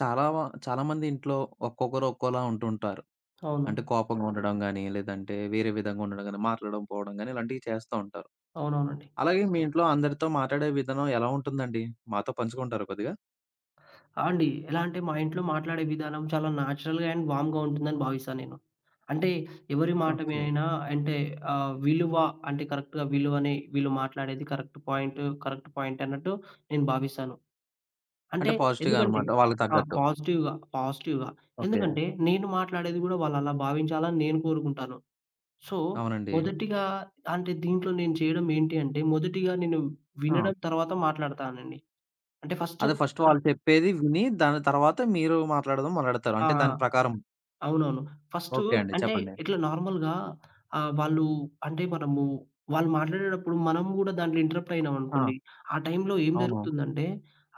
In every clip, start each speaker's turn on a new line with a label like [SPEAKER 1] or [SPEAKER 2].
[SPEAKER 1] చాలా వ చాలామంది ఇంట్లో ఒక్కొక్కరు ఒక్కోలా ఉంటుంటారు.
[SPEAKER 2] అవును.
[SPEAKER 1] అంటే కోపంగా ఉండడం గాని, లేదంటే వేరే విధంగా ఉండడం గాని, మాట్లాడడం పోవడం గాని ఇలాంటివి చేస్తా ఉంటారు.
[SPEAKER 2] అవునవునండి.
[SPEAKER 1] అలాగే మీ ఇంట్లో అందరితో మాట్లాడే విధానం ఎలా ఉంటుందండి? మాతో పంచుకుంటారా కొద్దిగా?
[SPEAKER 2] ఆ! అండి. ఎలా అంటే మా ఇంట్లో మాట్లాడే విధానం చాలా న్యాచురల్‌గా అండ్ వార్మ్‌గా ఉంటుందని భావిస్తాను నేను. అంటే ఎవరి మాట
[SPEAKER 1] ఓకే.
[SPEAKER 2] వినైనా అంటే విలువ అంటే కరెక్ట్‌గా విలువని వీళ్ళు మాట్లాడేది కరెక్ట్ పాయింట్, కరెక్ట్ పాయింట్ అన్నట్టు నేను భావిస్తాను. అంటే
[SPEAKER 1] అంటే పాజిటివ్‌గా
[SPEAKER 2] ఎందుకంటే
[SPEAKER 1] అనమాట వాళ్ళకి
[SPEAKER 2] ఆ!
[SPEAKER 1] తగ్గట్టు.
[SPEAKER 2] పాజిటివ్‌గా, పాజిటివ్‌గా.
[SPEAKER 1] ఓకే.
[SPEAKER 2] ఎందుకంటే నేను మాట్లాడేది గూడా వాళ్ళు అలా భావించాలని నేను కోరుకుంటాను. సో,
[SPEAKER 1] అవునండి.
[SPEAKER 2] మొదటిగా అంటే దీంట్లో నేను చేయడం ఏంటి అంటే మొదటిగా నేను
[SPEAKER 1] ఆ!
[SPEAKER 2] వినడం తర్వాత మాట్లాడతానండి. అంటే ఫస్ట్
[SPEAKER 1] అదే ఫస్ట్ వాళ్ళు
[SPEAKER 2] కరెక్ట్.
[SPEAKER 1] చెప్పేది విని దాని తర్వాత మీరు మాట్లాడడం మొదలెడతారు.
[SPEAKER 2] ఆ!
[SPEAKER 1] అంటే దాని ప్రకారం
[SPEAKER 2] అవునవును. ఫస్టు
[SPEAKER 1] ఓకే అండి.
[SPEAKER 2] అంటే
[SPEAKER 1] చెప్పండి.
[SPEAKER 2] ఇట్లా నార్మల్‌గా వాళ్ళు అంటే మనము వాళ్ళు మాట్లాడేటప్పుడు మనం గూడా దాంట్లో ఇంటరప్ట్
[SPEAKER 1] ఆ!
[SPEAKER 2] అయినామనుకోండి, ఆ టైంలో ఏం
[SPEAKER 1] అవును.
[SPEAKER 2] జరుగుతుందంటే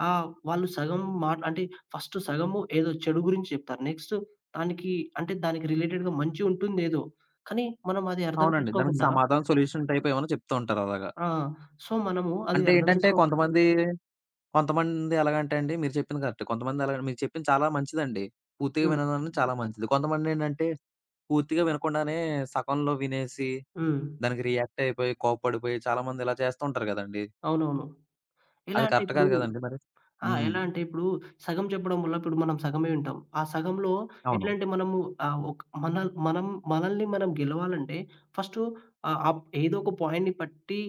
[SPEAKER 2] వాళ్ళు సగం మాట అంటే ఫస్ట్ సగము ఏదో చెడు గురించి చెప్తారు. నెక్స్ట్ దానికి అంటే దానికి రిలేటెడ్‌గా మంచి ఉంటుందేదో. కానీ మనం అది అర్థం
[SPEAKER 1] అవునండి. దానికి
[SPEAKER 2] చేసుకోకుండా.
[SPEAKER 1] సమాధానం సొల్యూషన్ టైప్ ఏమైనా చెప్తూ ఉంటారు అలాగా.
[SPEAKER 2] ఆ! సో, మనము అది
[SPEAKER 1] అంటే
[SPEAKER 2] అర్థం
[SPEAKER 1] ఏంటంటే
[SPEAKER 2] చేసుకోకుండా.
[SPEAKER 1] కొంతమంది కొంతమంది ఎలాగంటే అండి మీరు చెప్పింది కరెక్టే. కొంతమంది ఎలాగ మీరు చెప్పింది చాలా మంచిదండి. పూర్తిగా
[SPEAKER 2] హ్మ్.
[SPEAKER 1] వినడం చాలా మంచిది. కొంతమందేంటంటే పూర్తిగా వినకుండానే సగంలో వినేసి,
[SPEAKER 2] హ్మ్.
[SPEAKER 1] దానికి రియాక్ట్ అయిపోయి, కోప్పడిపోయి చాలామంది ఇలా చేస్తూ ఉంటారు గదండీ!
[SPEAKER 2] అవునవును. ఎలా
[SPEAKER 1] అది
[SPEAKER 2] అంటే
[SPEAKER 1] కరెక్ట్
[SPEAKER 2] ఇప్పుడు.
[SPEAKER 1] కాదు గదండీ మరి.
[SPEAKER 2] ఆ!
[SPEAKER 1] హ్మ్.
[SPEAKER 2] ఎలా అంటే ఇప్పుడు సగం చెప్పడం వల్ల ఇప్పుడు మనం సగమే వింటాం. ఆ సగంలో
[SPEAKER 1] అవును.
[SPEAKER 2] ఎట్లంటే మనము ఆహ్, ఒక్ మన మనం మనల్ని మనం గెలవాలంటే ఫస్టు ఆహ్, ఆప్ ఏదో ఒక పాయింట్‌ని పట్టి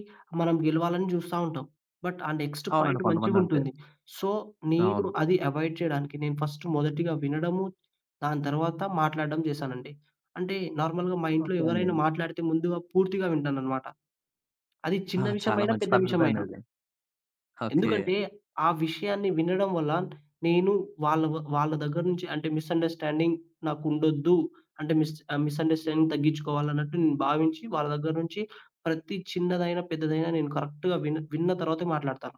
[SPEAKER 2] మనం గెలవాలని చూస్తా ఉంటాం. బట్ ఆ నెక్స్ట్
[SPEAKER 1] అవునండి.
[SPEAKER 2] పాయింట్
[SPEAKER 1] కొంతమంది అంతే.
[SPEAKER 2] మంచిగుంటుంది. సో, నేను
[SPEAKER 1] అవును.
[SPEAKER 2] అది అవాయిడ్ చేయడానికి నేను ఫస్ట్ మొదటిగా వినడము, దాని తర్వాత మాట్లాడడం చేశానండి. అంటే నార్మల్‌గా మా ఇంట్లో
[SPEAKER 1] ఓకే అండి.
[SPEAKER 2] ఎవరైనా మాట్లాడితే ముందుగా పూర్తిగా వింటాననమాట. అది
[SPEAKER 1] ఆ!
[SPEAKER 2] చిన్న
[SPEAKER 1] చాలా
[SPEAKER 2] విషయమైనా,
[SPEAKER 1] మంచి
[SPEAKER 2] పెద్ద
[SPEAKER 1] పద్ధతండి
[SPEAKER 2] విషయమైనా.
[SPEAKER 1] అది. ఓకే.
[SPEAKER 2] ఎందుకంటే, ఆ విషయాన్ని వినడం వల్ల నేను వాళ్ళ దగ్గర నుంచి అంటే మిస్‌అండర్‌స్టాండింగ్ నాకుండొద్దు. అంటే మిస్‌అండర్‌స్టాండింగ్ తగ్గించుకోవాలన్నట్టు నేను భావించి వాళ్ళ దగ్గర నుంచి ప్రతి చిన్నదైనా, పెద్దదైనా నేను కరెక్ట్‌గా విన్న తర్వాతే మాట్లాడతాను.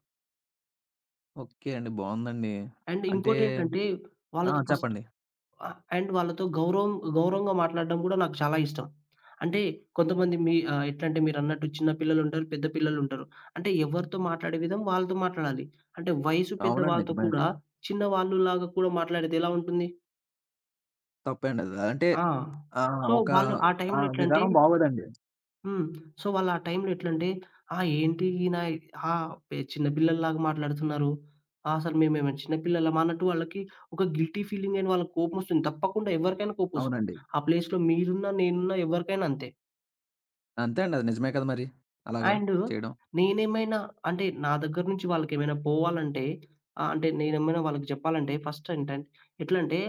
[SPEAKER 1] ఓకే అండి. బావుందండి.
[SPEAKER 2] అండ్
[SPEAKER 1] అంటే
[SPEAKER 2] ఇంకోటేంటంటే
[SPEAKER 1] ఆ!
[SPEAKER 2] వాళ్ళతో ఫస్ట్.
[SPEAKER 1] చెప్పండి.
[SPEAKER 2] ఆ! అండ్ వాళ్ళతో గౌరవంగా మాట్లాడడం గూడా నాకు చాలా ఇష్టం. అంటే కొంతమంది ఎట్లంటే మీరన్నట్టు చిన్న పిల్లలుంటారు, పెద్ద పిల్లలుంటారు. అంటే ఎవరితో మాట్లాడే విధం వాళ్ళతో మాట్లాడాలి. అంటే వయసు పెద్ద
[SPEAKER 1] అవునండి.
[SPEAKER 2] వాళ్ళతో
[SPEAKER 1] నిజమే అది.
[SPEAKER 2] కూడా చిన్న వాళ్ళులాగా కూడా మాట్లాడితే ఎలా ఉంటుంది?
[SPEAKER 1] తప్పే అండి అది. అంటే
[SPEAKER 2] ఆ!
[SPEAKER 1] ఆ!
[SPEAKER 2] సో,
[SPEAKER 1] ఒక
[SPEAKER 2] వాళ్ళు ఆ
[SPEAKER 1] ఆ!
[SPEAKER 2] టైంలో ఎట్లంటే.
[SPEAKER 1] విధానం బాగోదండి.
[SPEAKER 2] హ్మ్. సో, వాళ్ళు ఆ టైంలో ఎట్లంటే, ఏంటి ఈయన ఆహ్, పె చిన్న పిల్లల్లాగా మాట్లాడుతున్నారు. ఆ! అసలు మేమేమైనా చిన్న పిల్లలమా అన్నట్టు వాళ్ళకి ఒక గిల్టీ ఫీలింగ్ అని వాళ్ళకి కోపమొస్తుంది. తప్పకుండా ఎవరికైనా కోపమొస్తుంది.
[SPEAKER 1] అవునండి.
[SPEAKER 2] ఆ ప్లేస్‌లో మీరున్నా, నేనున్నా ఎవరికైనా అంతే.
[SPEAKER 1] అంతే అండి. అది నిజమే కదా మరి. అలాగా
[SPEAKER 2] అండ్
[SPEAKER 1] చేయడం.
[SPEAKER 2] నేనేమైనా, అంటే నా దగ్గర నుంచి వాళ్ళకేమైనా పోవాలంటే అంటే నేనేమైనా వాళ్ళకి జెప్పాలంటే ఫస్ట్ ఏంటంటే ఎట్లంటే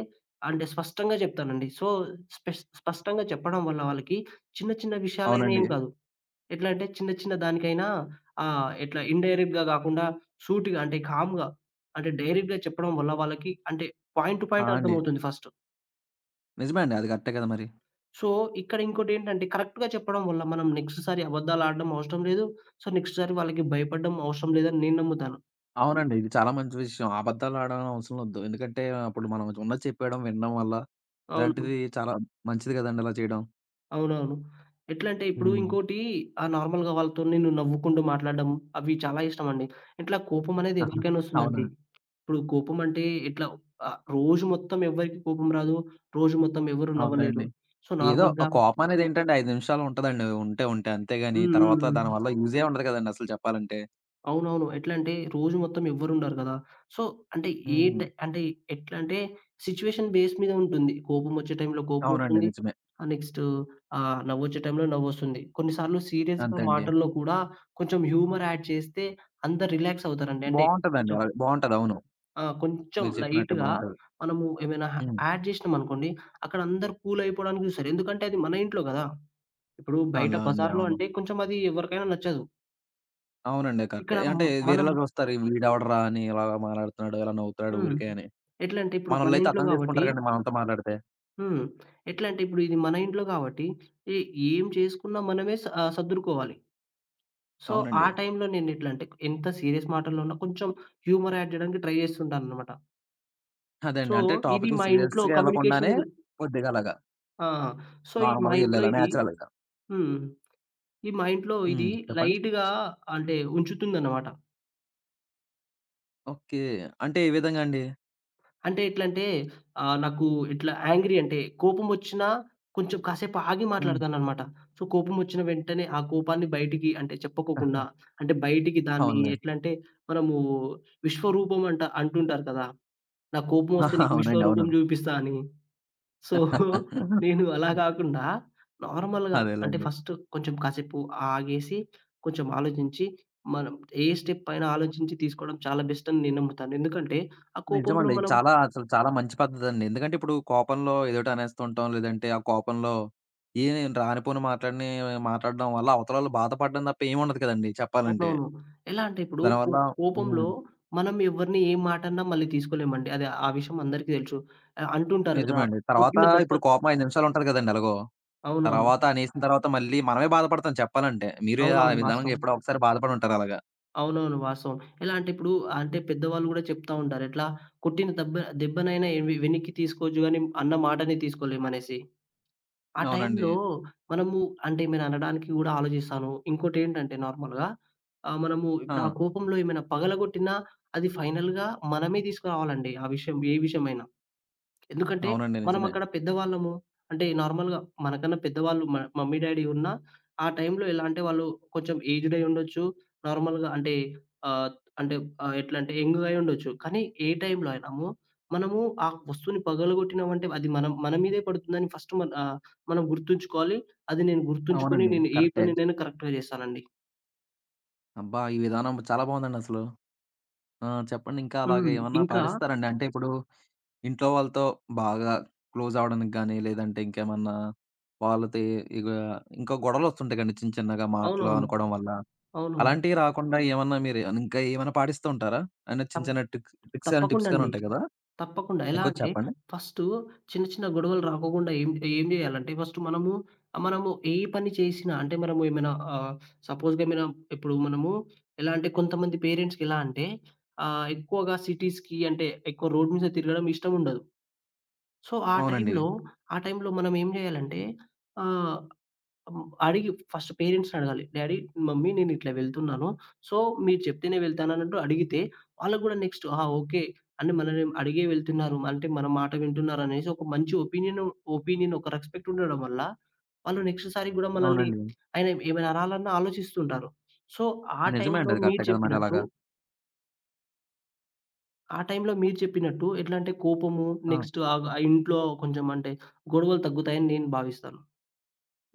[SPEAKER 2] అంటే స్పష్టంగా జెప్తానండి. సో, స్పష్టంగా చెప్పడం వల్ల వాళ్ళకి చిన్న చిన్న విషయాలైనా
[SPEAKER 1] అవునండి.
[SPEAKER 2] ఏం
[SPEAKER 1] నిజమండి.
[SPEAKER 2] కాదు. ఎట్లా అంటే చిన్న చిన్న దానికైనా ఇట్లా ఇన్‌డైరెక్ట్‌గా గాకుండా సూటిగా అంటే కామ్‌గా అంటే డైరెక్ట్‌గా చెప్పడం వల్ల వాళ్ళకి అంటే పాయింట్ టు
[SPEAKER 1] ఆ!
[SPEAKER 2] పాయింట్
[SPEAKER 1] అండి.
[SPEAKER 2] అర్థమవుతుంది ఫస్ట్.
[SPEAKER 1] నిజమే అండి. అది కరెక్టే కదా మరి.
[SPEAKER 2] సో, ఇక్కడ ఇంకోటేంటంటే కరెక్ట్‌గా చెప్పడం వల్ల మనం నెక్స్ట్ సారి అబద్దాలాడడం అవసరం లేదు. సో, నెక్స్ట్ సారి వాళ్ళకి భయపడడం అవసరం లేదని నేను నమ్ముతాను.
[SPEAKER 1] అవునండి. ఇది చాలా మంచి విషయం. అబద్ధాలు ఆడడం అవసరం ఒద్దు. ఎందుకంటే అప్పుడు మనం ఉన్నది చెప్పేయడం, వినడం వల్ల
[SPEAKER 2] అవును.
[SPEAKER 1] ఇలాంటిది చాలా మంచిది కదండీ అలా చేయడం.
[SPEAKER 2] అవునవును. ఎట్లా అంటే ఇప్పుడు
[SPEAKER 1] హ్మ్.
[SPEAKER 2] ఇంకోటి నార్మల్‌గా వాళ్ళతో నేను నవ్వుకుంటూ మాట్లాడడం అవి చాలా ఇష్టమండి. ఇట్లా కోపం అనేది
[SPEAKER 1] ఆహా!
[SPEAKER 2] ఎవరికైనా
[SPEAKER 1] అవునా?
[SPEAKER 2] ఒస్తుందండి. ఇప్పుడు కోపం అంటే ఇట్లా రోజు మొత్తం ఎవ్వరికీ కోపం రాదు. రోజు మొత్తం ఎవరు నవ్వలేరు.
[SPEAKER 1] అవునులేండి.
[SPEAKER 2] సో,
[SPEAKER 1] ఏదో ఆ
[SPEAKER 2] నార్మల్‌గా.
[SPEAKER 1] కోపం అనేది ఏంటంటే 5 నిమిషాలు ఉంటదండి. ఉంటే ఉంటే అంతేగాని
[SPEAKER 2] హ్మ్. హ్మ్.
[SPEAKER 1] తర్వాత
[SPEAKER 2] హ్మ్.
[SPEAKER 1] దానివల్ల యూజే ఉండదు కదండీ అసలు చెప్పాలంటే.
[SPEAKER 2] అవునవును. ఎట్లా అంటే రోజు మొత్తం ఎవ్వరుండరు కదా! సో, అంటే ఏ
[SPEAKER 1] హ్మ్.
[SPEAKER 2] టై అంటే ఎట్లా అంటే సిట్యుయేషన్ బేస్ మీద ఉంటుంది. కోపమొచ్చే టైంలో
[SPEAKER 1] అవునండి.
[SPEAKER 2] కోపమొస్తుంది.
[SPEAKER 1] నిజమే.
[SPEAKER 2] నెక్స్ట్ నవ్వొచ్చే టైంలో నవ్వొస్తుంది. కొన్నిసార్లు సీరియస్‌గా
[SPEAKER 1] అంతే అండి.
[SPEAKER 2] మాటల్లో కూడా కొంచెం హ్యూమర్ యాడ్ చేస్తే అందరు రిలాక్స్ అవుతారండి. అంటే
[SPEAKER 1] బావుంటదండి.
[SPEAKER 2] కొంచెం.
[SPEAKER 1] అలా బావుంటది. అవును.
[SPEAKER 2] ఆ! కొంచెం
[SPEAKER 1] మీరు చెప్పినట్టే
[SPEAKER 2] లైట్‌గా
[SPEAKER 1] బావుంటది.
[SPEAKER 2] మనము ఏమైనా
[SPEAKER 1] హ్మ్.
[SPEAKER 2] యాడ్ జేసినామనుకోండి, అక్కడ అందరూ కూల్ అయిపోవడానికి జూస్తారు. ఎందుకంటే అది మన ఇంట్లో గదా! ఇప్పుడు బయట
[SPEAKER 1] అవునులే అండి.
[SPEAKER 2] బజార్‌లో
[SPEAKER 1] అవును.
[SPEAKER 2] అంటే కొంచెం అది ఎవరికైనా నచ్చదు.
[SPEAKER 1] అవునండి.
[SPEAKER 2] ఇక్కడ
[SPEAKER 1] కరెక్టే.
[SPEAKER 2] మ్
[SPEAKER 1] అంటే
[SPEAKER 2] మనం.
[SPEAKER 1] వేరేలా చూస్తారు. వీడెవడురా అని ఇలా మాట్లాడుతున్నాడు, ఇలా నవ్వుతాడు
[SPEAKER 2] హ్మ్.
[SPEAKER 1] ఊరికే అని.
[SPEAKER 2] ఎట్లంటే ఇప్పుడు మన
[SPEAKER 1] మనోళ్ళైతే
[SPEAKER 2] ఇంట్లో
[SPEAKER 1] అర్థం
[SPEAKER 2] గాబట్టి.
[SPEAKER 1] చేసుకుంటారు కదండీ మనతో మాట్లాడితే.
[SPEAKER 2] హ్మ్. ఎట్లా అంటే ఇప్పుడు ఇది మన ఇంట్లో గాబట్టి ఏ ఏం చేసుకున్నా మనమే సర్దురుకోవాలి. సో, ఆ
[SPEAKER 1] అవునండి.
[SPEAKER 2] టైంలో నేనెట్లంటే ఎంత సీరియస్ మాటల్లోన్నా కొంచెం హ్యూమర్ యాడ్ జేయడానికి ట్రై జేస్తుంటానన్నమాట.
[SPEAKER 1] అదే
[SPEAKER 2] సో,
[SPEAKER 1] అండి. అంటే
[SPEAKER 2] ఇది
[SPEAKER 1] టాపిక్‌ని
[SPEAKER 2] మా ఇంట్లో
[SPEAKER 1] సీరియస్‌గా
[SPEAKER 2] కమ్యూనికేషన్
[SPEAKER 1] వెళ్ళకుండానే
[SPEAKER 2] ఇలా.
[SPEAKER 1] కొద్దిగా అలాగా
[SPEAKER 2] ఆ! సో, ఈ మా
[SPEAKER 1] నార్మల్‌గా
[SPEAKER 2] ఇంట్లో
[SPEAKER 1] యెళ్ళాలా
[SPEAKER 2] ఇది.
[SPEAKER 1] నేచురల్‌గా.
[SPEAKER 2] హ్మ్. ఈ మా ఇంట్లో ఇది
[SPEAKER 1] హ్మ్. చెప్పండి.
[SPEAKER 2] లైట్‌గా అంటే ఉంచుతుందనమాట.
[SPEAKER 1] ఓకే. అంటే ఏ విధంగా అండి?
[SPEAKER 2] అంటే ఎట్లంటే నాకు ఇట్లా యాంగ్రీ అంటే కోపమొచ్చినా కొంచెం కాసేపు ఆగి
[SPEAKER 1] హ్మ్.
[SPEAKER 2] మాట్లాడతాననమాట. సో, కోపమొచ్చిన వెంటనే ఆ కోపాన్ని బయటికి అంటే చెప్పుకోకుండా అంటే బయటికి దాన్ని
[SPEAKER 1] అవునులే.
[SPEAKER 2] ఎట్లంటే మనము విశ్వరూపం అంటుంటారు కదా! నాకు కోపమొస్తే నీకు
[SPEAKER 1] అవునండి. అవును.
[SPEAKER 2] విశ్వరూపం జూపిస్తా అని. సో, నేను అలా గాకుండా నార్మల్‌గా అంటే
[SPEAKER 1] అదేలెండి.
[SPEAKER 2] ఫస్ట్ కొంచెం కాసేపు ఆగేసి, కొంచెం ఆలోచించి, మనం ఏ స్టెప్ పైన ఆలోచించి తీసుకోవడం చాలా బెస్ట్ అని నేను నమ్ముతాను. ఎందుకంటే ఆ కోపంలో
[SPEAKER 1] నిజమండి. ఇది
[SPEAKER 2] మనం.
[SPEAKER 1] చాలా అసలు చాలా మంచి పద్ధతండి. ఎందుకంటే ఇప్పుడు కోపంలో ఏదోటి అనేస్తుంటాం. లేదంటే ఆ కోపంలో ఏమి రానిపోని మాటలన్నీ మాట్లాడడం వల్ల అవతలోళ్ళు బాధపడడం తప్ప ఏముండదు కదండీ చెప్పాలంటే.
[SPEAKER 2] అవునవును. ఎలా అంటే ఇప్పుడు
[SPEAKER 1] దానివల్ల
[SPEAKER 2] కోపంలో
[SPEAKER 1] హ్మ్.
[SPEAKER 2] మనం ఎవరిని ఏ మాటన్నా మళ్ళీ తీసుకోలేమండి. అది ఆ విషయం అందరికీ తెలుసు. అంటుంటారు
[SPEAKER 1] నిజమే
[SPEAKER 2] గదా!
[SPEAKER 1] అండి. తర్వాత
[SPEAKER 2] కొట్టిన దెబ్బ.
[SPEAKER 1] ఇప్పుడు కోపం 5 నిమిషాలు ఉంటది కదండీ ఎలాగో.
[SPEAKER 2] అవునవును.
[SPEAKER 1] తర్వాత అనేసిన తర్వాత మళ్ళీ మనమే బాధపడతాం చెప్పాలంటే. మీరే ఆ
[SPEAKER 2] అవునవును.
[SPEAKER 1] విధానంగా
[SPEAKER 2] వాస్తవం.
[SPEAKER 1] ఎప్పుడో ఒకసారి బాధపడి ఉంటారు అలాగా.
[SPEAKER 2] అవునవును. వాస్తవం. ఎలా అంటే ఇప్పుడు అంటే పెద్దవాళ్ళు గూడా చెప్తా ఉంటారు. ఎట్లా కొట్టిన దెబ్బ, దెబ్బనైనా వెనక్కి తీసుకోవచ్చు గానీ అన్న మాటని తీసుకోలేమనేసి. ఆ
[SPEAKER 1] అవునండి.
[SPEAKER 2] టైంలో మనము అంటే ఏమైనా అనడానికి గూడా ఆలోచిస్తాను. ఇంకోటేంటంటే నార్మల్‌గా మనము ఇప్పుడు ఆ
[SPEAKER 1] ఆ!
[SPEAKER 2] కోపంలో ఏమైనా పగలగొట్టినా అది ఫైనల్‌గా మనమే తీసుకురావాలండి. ఆ విషయం ఏ విషయమైనా. ఎందుకంటే,
[SPEAKER 1] అవునండి.
[SPEAKER 2] మనం
[SPEAKER 1] నిజమే.
[SPEAKER 2] అక్కడ పెద్దవాళ్ళము. అంటే నార్మల్‌గా మనకన్నా పెద్దవాళ్ళు మమ్మీ, డ్యాడీ ఉన్నా, ఆ టైంలో ఎలా అంటే వాళ్ళు కొంచెం ఏజ్డ్ అయ్యుండొచ్చు. నార్మల్‌గా అంటే ఆహ్, అంటే ఎట్లా అంటే యంగ్‌గా అయ్యుండొచ్చు. కానీ ఏ టైంలో అయినాము మనము ఆ వస్తువుని పగలగొట్టినామంటే అది మనం మన మీదే పడుతుందని ఫస్ట్ మనం గుర్తుంచుకోవాలి. అది నేను గుర్తుంచుకొని
[SPEAKER 1] అవునండి.
[SPEAKER 2] నేను ఏ
[SPEAKER 1] కరెక్టే.
[SPEAKER 2] పనినైనా కరెక్ట్‌గా చేస్తానండి.
[SPEAKER 1] అబ్బా! ఈ విధానం చాలా బావుందండసలు. ఆ! చెప్పండి. ఇంకా అలాగా
[SPEAKER 2] హ్మ్.
[SPEAKER 1] ఏమన్నా
[SPEAKER 2] ఇంకా
[SPEAKER 1] పాడిస్తారండి? అంటే ఇప్పుడు ఇంట్లో వాళ్ళతో బాగా క్లోజ్ అవ్వడానికి గాని, లేదంటే ఇంకేమన్నా వాళ్ళతో ఇ ఇగ ఇంకా గొడవలొస్తుంటాయి కదండీ చిన్న చిన్నగా మాటలు
[SPEAKER 2] అవునవును.
[SPEAKER 1] అనుకోవడం వల్ల.
[SPEAKER 2] అవునవును.
[SPEAKER 1] అలాంటివి రాకుండా ఏమన్నా మీరు ఇంకా ఏమైనా పాడిస్తూ ఉంటారా? అంటే చిన్న
[SPEAKER 2] తప్
[SPEAKER 1] చిన్న ట్రిక్స్ ట్రిక్స్ గాని,
[SPEAKER 2] తప్పకుండా
[SPEAKER 1] టిప్స్ గాని
[SPEAKER 2] అండి.
[SPEAKER 1] ఉంటాయి కదా!
[SPEAKER 2] తప్పకుండా. ఎలా
[SPEAKER 1] ఇంకొంచెం
[SPEAKER 2] అంటే
[SPEAKER 1] చెప్పండి.
[SPEAKER 2] ఫస్టు చిన్న చిన్న గొడవలు రాకోకుండా ఏం ఏం జేయాలంటే ఫస్ట్ మనము మనము ఏ పని చేసినా అంటే మనము ఏమైనా సపోజ్‌గా ఏమైనా ఇప్పుడు మనము ఎలా అంటే కొంతమంది పేరెంట్స్‌కి ఎలా అంటే ఎక్కువగా సిటీస్‌కి అంటే ఎక్కువ రోడ్ మీద తిరగడం ఇష్టముండదు. సో, ఆ
[SPEAKER 1] అవునండి.
[SPEAKER 2] టైంలో, ఆ టైంలో మనం ఏం జేయాలంటే ఆహ్ హ్మ్. అడిగి ఫస్ట్ పేరెంట్స్‌ని అడగాలి. డ్యాడీ, మమ్మీ నేనిట్లా వెళ్తున్నాను. సో, మీరు చెప్తేనే వెళ్తానన్నట్టు అడిగితే, వాళ్ళకి గూడా నెక్స్ట్, ఆ! ఓకే. అంటే మనల్ని అడిగే వెళ్తున్నారు. అంటే మన మాట వింటున్నారనేసి ఒక మంచి ఒపీనియన్ ఒపీనియన్ ఒక రెస్పెక్ట్ ఉండడం వల్ల, వాళ్ళు నెక్స్ట్ సారి గూడా మనల్ని
[SPEAKER 1] అవునండి.
[SPEAKER 2] ఆయన ఏమైనా అనాలన్నా ఆలోచిస్తుంటారు. సో, ఆ
[SPEAKER 1] నిజమే
[SPEAKER 2] టైంలో
[SPEAKER 1] అండి. అది
[SPEAKER 2] మీరు
[SPEAKER 1] కరెక్టే కదా! మరి
[SPEAKER 2] చెప్పినట్టు
[SPEAKER 1] అలాగా.
[SPEAKER 2] ఆ టైంలో మీరు చెప్పినట్టు ఎట్లా అంటే కోపము
[SPEAKER 1] ఆ!
[SPEAKER 2] నెక్స్ట్ ఆ ఇంట్లో కొంచెం అంటే గొడవలు తగ్గుతాయని నేను భావిస్తాను.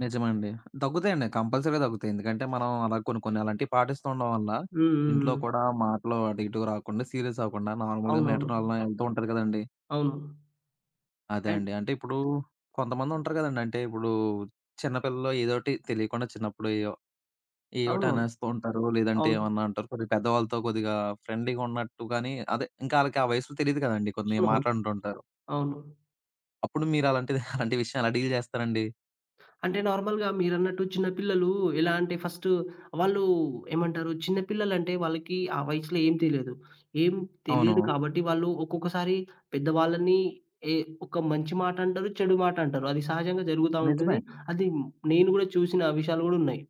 [SPEAKER 1] నిజమండి. దగ్గుతాయండి. కంపల్సరీగా దగ్గుతాయి. ఎందుకంటే మనం అలా కొన్ని కొన్ని అలాంటివి పాటిస్తూ ఉండడం వల్ల
[SPEAKER 2] హ్మ్. హ్మ్.
[SPEAKER 1] ఇంట్లో
[SPEAKER 2] హ్మ్.
[SPEAKER 1] కూడా మాటలు అటు ఇటు రాకుండా సీరియస్ అవ్వకుండా నార్మల్‌గా
[SPEAKER 2] అవునవును.
[SPEAKER 1] మ్యాటర్ అలా వెళ్తూ ఉంటది కదండీ.
[SPEAKER 2] అవును.
[SPEAKER 1] అదే
[SPEAKER 2] అండ్
[SPEAKER 1] అండి. అంటే ఇప్పుడు కొంతమంది ఉంటారు కదండీ. అంటే ఇప్పుడు చిన్న పిల్లలు ఏదోటి తెలియకుండా చిన్నప్పుడు ఏయోటి
[SPEAKER 2] అవునవును.
[SPEAKER 1] అనేస్తూ ఉంటారు. లేదంటే
[SPEAKER 2] అవును.
[SPEAKER 1] ఏమన్నా అంటారు. కొద్దిగా పెద్దవాళ్ళతో కొద్దిగా ఫ్రెండ్లీగా ఉన్నట్టు గాని అదే ఇంకా ఆళ్ళకి ఆ వయసులో తెలీదు కదండీ. కొన్ని
[SPEAKER 2] అవునవును.
[SPEAKER 1] మాటలు అంటూ ఉంటారు.
[SPEAKER 2] అవును.
[SPEAKER 1] అప్పుడు మీరు అలాంటిది అలాంటి విషయం ఎలా డీల్ చేస్తారండి?
[SPEAKER 2] అంటే నార్మల్‌గా మీరన్నట్టు చిన్న పిల్లలు ఎలా అంటే ఫస్టు వాళ్ళు ఏమంటారు చిన్న పిల్లలంటే వాళ్ళకి ఆ వయసులో ఏం తెలియదు. ఏం
[SPEAKER 1] అవును.
[SPEAKER 2] తెలియదు కాబట్టి వాళ్ళు ఒక్కొక్కసారి పెద్దవాళ్ళని ఏ ఒక మంచి మాట అంటారు, చెడు మాట అంటారు. అది సహజంగా జరుగుతా ఉంటది.
[SPEAKER 1] నిజమే.
[SPEAKER 2] అది నేను గూడా చూసిన విషయాలు గూడా ఉన్నాయి.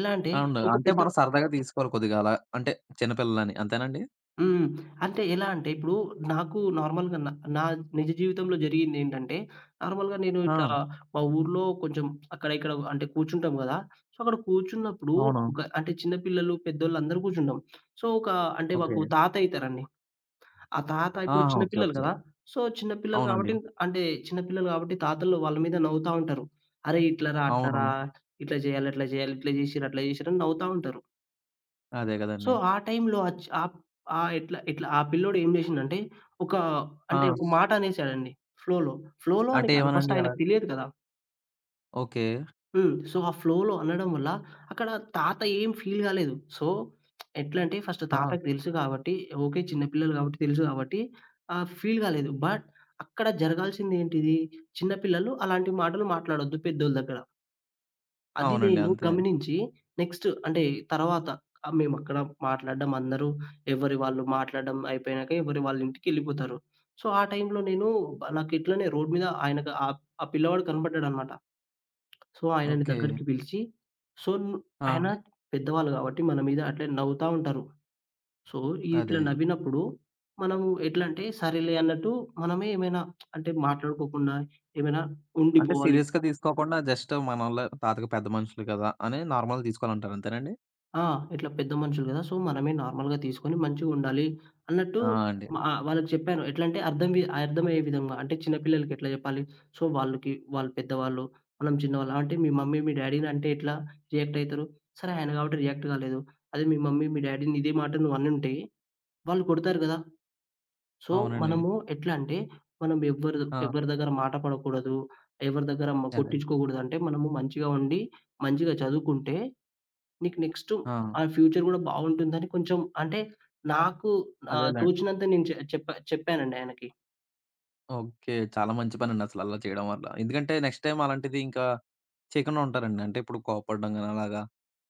[SPEAKER 2] ఎలా అంటే
[SPEAKER 1] అవును.
[SPEAKER 2] ఒక
[SPEAKER 1] అంటే
[SPEAKER 2] పెద్ద.
[SPEAKER 1] మనం సరదాగా తీసుకోవాలి కొద్దిగా అలా. అంటే చిన్న పిల్లలని అంతేనండి?
[SPEAKER 2] హ్మ్. అంటే ఎలా అంటే ఇప్పుడు నాకు నార్మల్‌గా నా నా నిజ జీవితంలో జరిగిందేంటంటే, నార్మల్‌గా నేను ఇట్లా
[SPEAKER 1] ఆ!
[SPEAKER 2] మా ఊర్లో కొంచెం అక్కడ ఇక్కడ అంటే కూర్చుంటాం గదా! సో, అక్కడ కూర్చున్నప్పుడు
[SPEAKER 1] అవును.
[SPEAKER 2] ఒక అంటే చిన్న పిల్లలు, పెద్దోళ్ళు అందరూ కూర్చుంటాం. సో, ఒక అంటే
[SPEAKER 1] ఓకే.
[SPEAKER 2] మాకు తాత అయితారండి. ఆ తాత ఇప్పుడు
[SPEAKER 1] ఆహా!
[SPEAKER 2] చిన్న
[SPEAKER 1] ఓకే.
[SPEAKER 2] పిల్లలు
[SPEAKER 1] ఓకే.
[SPEAKER 2] గదా! సో, చిన్న పిల్లలు కాబట్టి
[SPEAKER 1] అవునండి.
[SPEAKER 2] అంటే చిన్న పిల్లలు కాబట్టి తాతలు వాళ్ళ మీద నవ్వుతా ఉంటారు. "అరే! ఇట్లా రా, అట్లా
[SPEAKER 1] అవును.
[SPEAKER 2] రా, ఇట్లా చేయాలి, అట్లా చేయాలి, ఇట్లా చేసిర్రు, అట్లా చేసిర్రు" అని నవ్వుతా ఉంటారు.
[SPEAKER 1] అదే
[SPEAKER 2] సో,
[SPEAKER 1] గదండీ.
[SPEAKER 2] ఆ టైంలో అచ్ ఆప్ ఆహ్, ఎట్లా ఎట్లా ఆ పిల్లోడు ఏం జేసిండంటే, ఒక
[SPEAKER 1] ఆ!
[SPEAKER 2] అంటే ఒక మాట అనేసాడండి ఫ్లోలో. ఫ్లోలో అని
[SPEAKER 1] అంటే
[SPEAKER 2] కాదు ఫస్ట్
[SPEAKER 1] ఏమోనండి అలా?
[SPEAKER 2] ఆయనకు తెలియదు కదా!
[SPEAKER 1] ఓకే.
[SPEAKER 2] హ్మ్. సో, ఆ ఫ్లోలో అనడం వల్ల అక్కడ తాత ఏం ఫీల్ గాలేదు. సో, ఎట్లా అంటే ఫస్ట్
[SPEAKER 1] ఆ!
[SPEAKER 2] తాతకి తెలుసు కాబట్టి, ఓకే. చిన్న పిల్లలు కాబట్టి తెలుసు కాబట్టి ఫీల్ గాలేదు. బట్ అక్కడ జరగాల్సిందేంటిది? చిన్న పిల్లలు అలాంటి మాటలు మాట్లాడొద్దు పెద్దోళ్ళ దగ్గర. అది
[SPEAKER 1] అవునండి.
[SPEAKER 2] నేను
[SPEAKER 1] అంతే.
[SPEAKER 2] గమనించి నెక్స్ట్ అంటే తర్వాత మేమక్కడ మాట్లాడడం అందరూ ఎవరి వాళ్ళు మాట్లాడడం అయిపోయినాక ఎవరి వాళ్ళ ఇంటికెళ్ళిపోతారు. సో, ఆ టైంలో నేను నాకిట్లనే రోడ్ మీద ఆయనకు ఆ ఆ పిల్లవాడు కనపడ్డాడనమాట. సో, ఆయనని
[SPEAKER 1] ఓకే.
[SPEAKER 2] దగ్గరికి పిలిచి సో, ను
[SPEAKER 1] ఆ!
[SPEAKER 2] ఆయన పెద్దవాళ్ళు కాబట్టి మన మీద అట్లే నవ్వుతా ఉంటారు. సో, ఇట్లా
[SPEAKER 1] అదే.
[SPEAKER 2] నవ్వినప్పుడు మనము ఎట్లంటే సరేలే అన్నట్టు మనమే ఏమైనా అంటే మాట్లాడుకోకుండా ఏమైనా
[SPEAKER 1] అంటే
[SPEAKER 2] ఉండిపోవాలి.
[SPEAKER 1] సీరియస్‌గా తీసుకోకుండా జస్ట్ మనోళ్ళే తాతగా పెద్ద మనుషులు కదా! అని నార్మల్‌గా తీసుకోవాలంటారు అంతేనండి?
[SPEAKER 2] ఆ! ఇట్లా పెద్ద మనుషులు గదా! సో, మనమే నార్మల్‌గా తీసుకొని మంచిగుండాలి అన్నట్టు
[SPEAKER 1] ఆ! అండి.
[SPEAKER 2] వాళ్ళకి చెప్పాను. ఎట్లా అంటే అర్థం వి అర్థమయ్యే విధంగా. అంటే చిన్న పిల్లలకి ఎట్లా జెప్పాలి? సో, వాళ్ళకి వాళ్ళు పెద్దవాళ్ళు, మనం చిన్నవాళ్ళం. అంటే మీ మమ్మీ, మీ డ్యాడీని అంటే ఎట్లా రియాక్ట్ అయితరు? సరే ఆయన గాబట్టి రియాక్ట్ కాలేదు. అదే మీ మమ్మీ, మీ డ్యాడీని ఇదే మాట నువ్వనుంటే వాళ్ళు కొడతారు గదా! సో,
[SPEAKER 1] అవునండి.
[SPEAKER 2] మనము ఎట్లా అంటే మనం
[SPEAKER 1] ఆ!
[SPEAKER 2] ఎవ్వరి దగ్గర మాట పడకూడదు. ఎవరి దగ్గర
[SPEAKER 1] అదే.
[SPEAKER 2] కొట్టించుకోకూడదు. అంటే మనము మంచిగా ఉండి, మంచిగా చదువుకుంటే నీకు నెక్స్ట్
[SPEAKER 1] ఆ!
[SPEAKER 2] ఆ ఫ్యూచర్ గూడా బావుంటుందని కొంచెం అంటే నాకు
[SPEAKER 1] అదేలెండి.
[SPEAKER 2] తోచినంత నేను చె చెప్పా చెప్పానండి ఆయనకి.
[SPEAKER 1] ఓకే. చాలా మంచి పనండి అసలు అలా చేయడం వల్ల. ఎందుకంటే నెక్స్ట్ టైమ్ అలాంటిది ఇంకా చేయకుండా ఉంటారండి. అంటే ఇప్పుడు కోప్పడడం గాని అలాగా?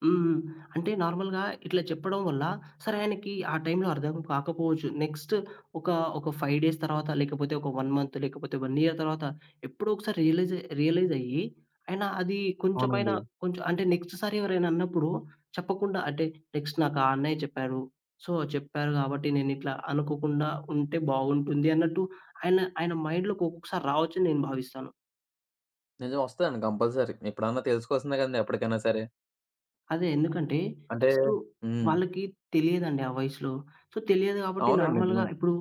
[SPEAKER 2] హ్మ్. అంటే నార్మల్‌గా ఇట్లా చెప్పడం వల్ల, సరే ఆయనకి ఆ టైంలో అర్థం కాకపోవచ్చు. నెక్స్ట్ ఒక, ఒక 5 డేస్ తర్వాత, లేకపోతే ఒక 1 మంత్, లేకపోతే 1 ఇయర్ తర్వాత ఎప్పుడో ఒకసారి రియలైజ్ రియలైజ్ అయ్యి, ఆయన అది కొంచెమైనా
[SPEAKER 1] అవునండి.
[SPEAKER 2] కొంచెం అంటే నెక్స్ట్ సారి ఎవరైనా అన్నప్పుడు చెప్పకుండా అంటే నెక్స్ట్ నాకు ఆ అన్నయ్య చెప్పారు. సో, చెప్పారు కాబట్టి నేనిట్లా అనుకోకుండా ఉంటే బాగుంటుంది అన్నట్టు ఆయన మైండ్‌లోకి ఒక్కొక్కసారి రావచ్చని నేను భావిస్తాను.
[SPEAKER 1] నిజం వస్తదండి కంపల్సరీ. ఎప్పుడన్నా తెలుసుకోవాల్సిందే కదండీ ఎప్పటికైనా సరే.
[SPEAKER 2] అదే. ఎందుకంటే
[SPEAKER 1] అంటే
[SPEAKER 2] ఫస్టు
[SPEAKER 1] హ్మ్.
[SPEAKER 2] వాళ్ళకి తెలియదండి ఆ వయసులో. సో, తెలియదు కాబట్టి
[SPEAKER 1] అవునండి.
[SPEAKER 2] నార్మల్‌గా
[SPEAKER 1] నిజమే.
[SPEAKER 2] ఇప్పుడు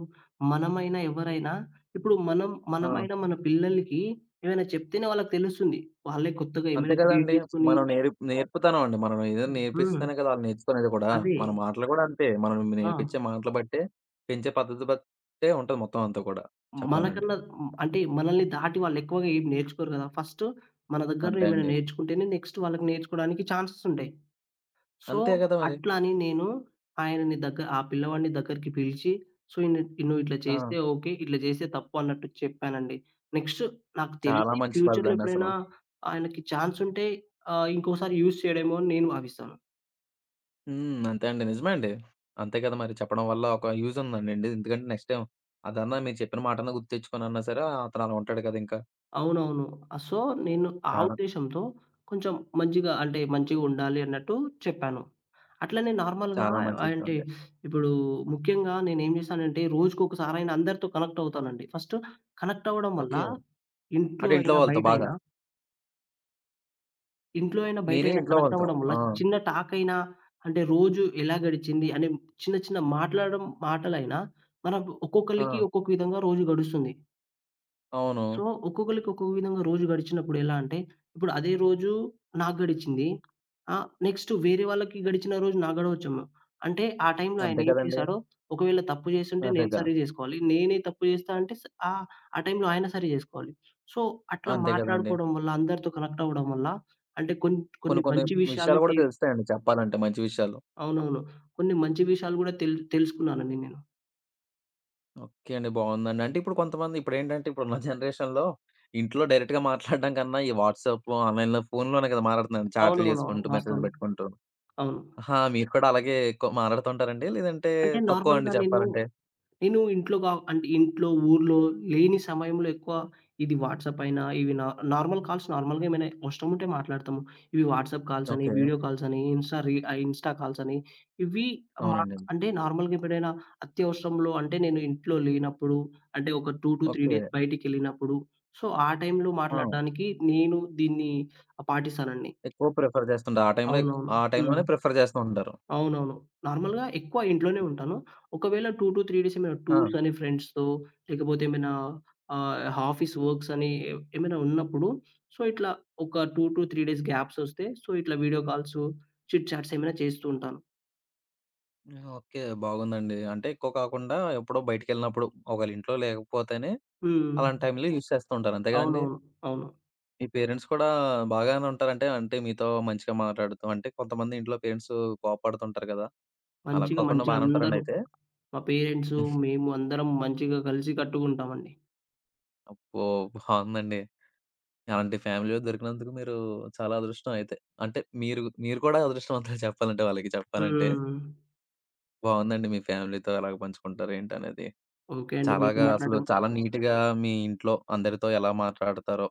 [SPEAKER 2] మనమైనా, ఎవరైనా ఇప్పుడు మనం
[SPEAKER 1] ఆ!
[SPEAKER 2] మనమైనా మన పిల్లలకి ఏమైనా చెప్తేనే వాళ్ళకి తెలుస్తుంది. వాళ్ళే కొత్తగా
[SPEAKER 1] అంతే
[SPEAKER 2] ఏమైనా క్రియేట్
[SPEAKER 1] కదండీ!
[SPEAKER 2] చేసుకొని.
[SPEAKER 1] మనం నేర్పుతానం అండి. మనం ఏదైనా
[SPEAKER 2] హ్మ్.
[SPEAKER 1] నేర్పిస్తేనే కదా! ఆళ్ళు నేర్చుకునేది కూడా.
[SPEAKER 2] అదే.
[SPEAKER 1] మన మాటలు కూడా అంతే. మనం
[SPEAKER 2] ఆ!
[SPEAKER 1] నేర్పించే మాటలు బట్టే, పెంచే పద్ధతి బట్టే ఉంటది మొత్తం అంతా కూడా చెప్పాలంటే.
[SPEAKER 2] మనకన్నా, హ్మ్, అంటే మనల్ని దాటి వాళ్ళు ఎక్కువగా ఏం నేర్చుకోరు కదా! ఫస్టు మన దగ్గర
[SPEAKER 1] అంతే
[SPEAKER 2] ఏమైనా
[SPEAKER 1] అండి.
[SPEAKER 2] నేర్చుకుంటేనే నెక్స్ట్ వాళ్ళకి నేర్చుకోవడానికి ఛాన్సెస్ ఉంటాయి. సో,
[SPEAKER 1] అంతే కదా మరి!
[SPEAKER 2] అట్లా అని నేను ఆయనని దగ్గ ఆ పిల్లవాడిని దగ్గరికి పిలిచి, సో, ఇన్ నువ్వు ఇట్లా
[SPEAKER 1] ఆ!
[SPEAKER 2] చేస్తే ఓకే. ఇట్లా చేస్తే తప్పు అన్నట్టు చెప్పానండి. నెక్స్ట్ నాకు
[SPEAKER 1] చాలా
[SPEAKER 2] తెలిసి
[SPEAKER 1] మంచి
[SPEAKER 2] ఫ్యూచర్‌లో
[SPEAKER 1] పద్ధతండి
[SPEAKER 2] ఎప్పుడైనా
[SPEAKER 1] అసలు.
[SPEAKER 2] ఆయనకి ఛాన్స్ ఉంటే ఇంకోసారి యూజ్ చేయడేమో అని నేను భావిస్తాను.
[SPEAKER 1] హ్మ్. అంతే అండి. నిజమే అండి. అంతే కదా! మరి చెప్పడం వల్ల ఒక యూజ్ ఉందండి. ఎందుకంటే నెక్స్ట్ టైమ్ అదన్నా మీరు చెప్పిన మాటన్నా గుర్తు తెచ్చుకొనన్నా సరే అతను అలా ఉంటాడు కదా! ఇంకా.
[SPEAKER 2] అవునవును. సో, నేను ఆ
[SPEAKER 1] చాలా,
[SPEAKER 2] ఉద్దేశంతో కొంచెం మంచిగా అంటే మంచిగుండాలి అన్నట్టు చెప్పాను. అట్లనే నార్మల్‌గా
[SPEAKER 1] చాలా మంచి విషయం
[SPEAKER 2] అంటే
[SPEAKER 1] అండి.
[SPEAKER 2] ఇప్పుడు ముఖ్యంగా నేనేం చేశానంటే రోజుకొకసారైనా అందరితో కనెక్ట్ అవుతానండి. ఫస్ట్ కనెక్ట్ అవ్వడం వల్ల
[SPEAKER 1] ఓకే.
[SPEAKER 2] ఇంట్లో
[SPEAKER 1] అంటే ఇంట్లో
[SPEAKER 2] అయినా,
[SPEAKER 1] వాళ్ళతో బాగా.
[SPEAKER 2] బయటైనా ఇంట్లో అయినా,
[SPEAKER 1] మీరే
[SPEAKER 2] బయటైనా
[SPEAKER 1] ఇంట్లో
[SPEAKER 2] కనెక్ట్
[SPEAKER 1] వాళ్ళతో.
[SPEAKER 2] అవ్వడం వల్ల
[SPEAKER 1] ఆ!
[SPEAKER 2] చిన్న టాక్ అయినా అంటే రోజు ఎలా గడిచింది అనే చిన్న చిన్న మాట్లాడడం మాటలైనా మనకు
[SPEAKER 1] ఆ!
[SPEAKER 2] ఒక్కొక్కళ్ళకి ఒక్కొక్క విధంగా రోజు గడుస్తుంది.
[SPEAKER 1] అవును.
[SPEAKER 2] సో, ఒక్కొక్కళ్ళకి ఒక్కొక్క విధంగా రోజు గడిచినప్పుడు ఎలా అంటే, ఇప్పుడు అదే రోజు నాకు గడిచింది. నెక్స్ట్ వేరే వాళ్ళకి గడిచిన రోజు నాకు గడవచ్చేమో. అంటే ఆ టైంలో ఆయన
[SPEAKER 1] అంతే
[SPEAKER 2] ఏం
[SPEAKER 1] కదండీ!
[SPEAKER 2] చేశాడో, ఒకవేళ తప్పు చేసుంటే నేను
[SPEAKER 1] అదేగా.
[SPEAKER 2] సరి జేసుకోవాలి. నేనే తప్పు జేస్తా అంటే ఆ టైంలో ఆయన సరి జేసుకోవాలి. సో, అట్లా
[SPEAKER 1] అంతే కదండీ!
[SPEAKER 2] మాట్లాడుకోవడం వల్ల, అందరితో కనెక్ట్ అవ్వడం వల్ల అంటే కొన్ని కొన్ని
[SPEAKER 1] కొన్ని కొన్ని
[SPEAKER 2] మంచి విషయాల్ని
[SPEAKER 1] విషయాలు కూడా తెలుస్తాయండి చెప్పాలంటే మంచి విషయాలు.
[SPEAKER 2] అవునవును. కొన్ని మంచి విషయాలు గూడా తెలుసుకున్నానండి నేను.
[SPEAKER 1] ఓకే అండి. బావుందండి. అంటే ఇప్పుడు కొంతమంది ఇప్పుడేంటంటే ఇప్పుడున్న జనరేషన్‌లో ఇంట్లో డైరెక్ట్‌గా మాట్లాడడం కన్నా ఈ వాట్సాప్, ఆన్‌లైన్‌లో ఫోన్‌లోనే కదా! మాట్లాడుతున్నారు చాట్లు
[SPEAKER 2] అవునవునవును.
[SPEAKER 1] చేసుకుంటూ, మెసేజ్‌లు
[SPEAKER 2] వాస్తవమే.
[SPEAKER 1] పెట్టుకుంటూ.
[SPEAKER 2] అవును.
[SPEAKER 1] ఆహా! మీరు కూడా అలాగే ఎక్కువ మాట్లాడుతుంటారండి? లేదంటే
[SPEAKER 2] అంటే
[SPEAKER 1] తక్కువ అండి
[SPEAKER 2] నార్మల్‌గా నేను
[SPEAKER 1] చెప్పాలంటే?
[SPEAKER 2] నేను ఇంట్లో అంటే ఇంట్లో, ఊర్లో లేని సమయంలో ఎక్కువ ఇది వాట్సాప్ అయినా, ఇవి నా నార్మల్ కాల్స్ నార్మల్‌గా ఏమైనా అవసరముంటే మాట్లాడతాము. ఇవి వాట్సాప్ కాల్స్ అని,
[SPEAKER 1] ఓకే.
[SPEAKER 2] వీడియో కాల్స్ అని, ఇన్‌స్టా కాల్స్ అని ఇవి మా
[SPEAKER 1] అవునండి.
[SPEAKER 2] అంటే నార్మల్‌గా ఎప్పుడైనా అత్యవసరంలో అంటే నేను ఇంట్లో లేనప్పుడు అంటే ఒక 2-3
[SPEAKER 1] ఓకే.
[SPEAKER 2] డేస్ బయటికెళ్ళినప్పుడు సో, ఆ టైంలో
[SPEAKER 1] ఆ!
[SPEAKER 2] మాట్లాడడానికి నేను దీన్ని పాటిస్తానండి.
[SPEAKER 1] ఎక్కువ ప్రిఫర్ చేస్తుంటారు.
[SPEAKER 2] అవునవును.
[SPEAKER 1] ఆ
[SPEAKER 2] హ్మ్.
[SPEAKER 1] టైంలోనే ప్రిఫర్ చేస్తూ ఉంటారు.
[SPEAKER 2] అవునవును. నార్మల్‌గా ఎక్కువ ఇంట్లోనే ఉంటాను. ఒకవేళ 2-3 డేస్ ఏమైనా
[SPEAKER 1] ఆ!
[SPEAKER 2] టూర్స్ అని ఫ్రెండ్స్‌తో, లేకపోతే ఏమైనా ఆఫీస్ వర్క్స్ అని ఏమైనా ఉన్నప్పుడు, సో, ఇట్లా ఒక 2-3 డేస్ గ్యాప్స్ వస్తే, సో, ఇట్లా వీడియో కాల్స్, చిట్ చాట్స్ ఏమైనా చేస్తూ ఉంటాను.
[SPEAKER 1] హ్మ్. ఓకే. బాగుందండి. అంటే ఎక్కువ కాకుండా ఎప్పుడో బయటికెళ్ళినప్పుడు, ఒకవేళ ఇంట్లో లేకపోతేనే
[SPEAKER 2] హ్మ్.
[SPEAKER 1] అలాంటి టైంలో యూజ్ చేస్తూ ఉంటారు. అంతే కదండీ?
[SPEAKER 2] అవునవును. అవును.
[SPEAKER 1] మీ పేరెంట్స్ కూడా బాగానే ఉంటారంటే, అంటే మీతో మంచిగా మాట్లాడుతూ అంటే కొంతమంది ఇంట్లో పేరెంట్స్ కోప్పడుతుంటారు కదా! అలా
[SPEAKER 2] మంచిగా,
[SPEAKER 1] కాకుండా
[SPEAKER 2] మంచిగా
[SPEAKER 1] బానే ఉంటారండి
[SPEAKER 2] అందరూ
[SPEAKER 1] అయితే?
[SPEAKER 2] మా పేరెంట్స్, మేము అందరం మంచిగా కలిసి కట్టుగా ఉంటామండి.
[SPEAKER 1] అబ్బో! బావుందండి. అలాంటి ఫ్యామిలీలో దొరికినందుకు మీరు చాలా అదృష్టం అయితే. అంటే మీరు, మీరు కూడా అదృష్టవంతులు చెప్పాలంటే వాళ్ళకి చెప్పాలంటే.
[SPEAKER 2] హ్మ్.
[SPEAKER 1] బావుందండి మీ ఫ్యామిలీతో ఎలాగ పంచుకుంటారు ఏంటనేది.
[SPEAKER 2] ఓకే అండి. మీతో
[SPEAKER 1] చాలాగా అసలు
[SPEAKER 2] మాట్లాడడం
[SPEAKER 1] చాలా నీట్‌గా మీ ఇంట్లో అందరితో ఎలా మాట్లాడతారో,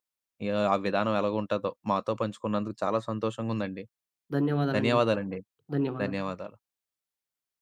[SPEAKER 1] యా ఆ విధానం ఎలాగుంటదో మాతో పంచుకున్నందుకు చాలా సంతోషంగుందండి.
[SPEAKER 2] ధన్యవాదాలండి.
[SPEAKER 1] ధన్యవాదాలండి.
[SPEAKER 2] ధన్యవాదాలు.
[SPEAKER 1] ధన్యవాదాలు.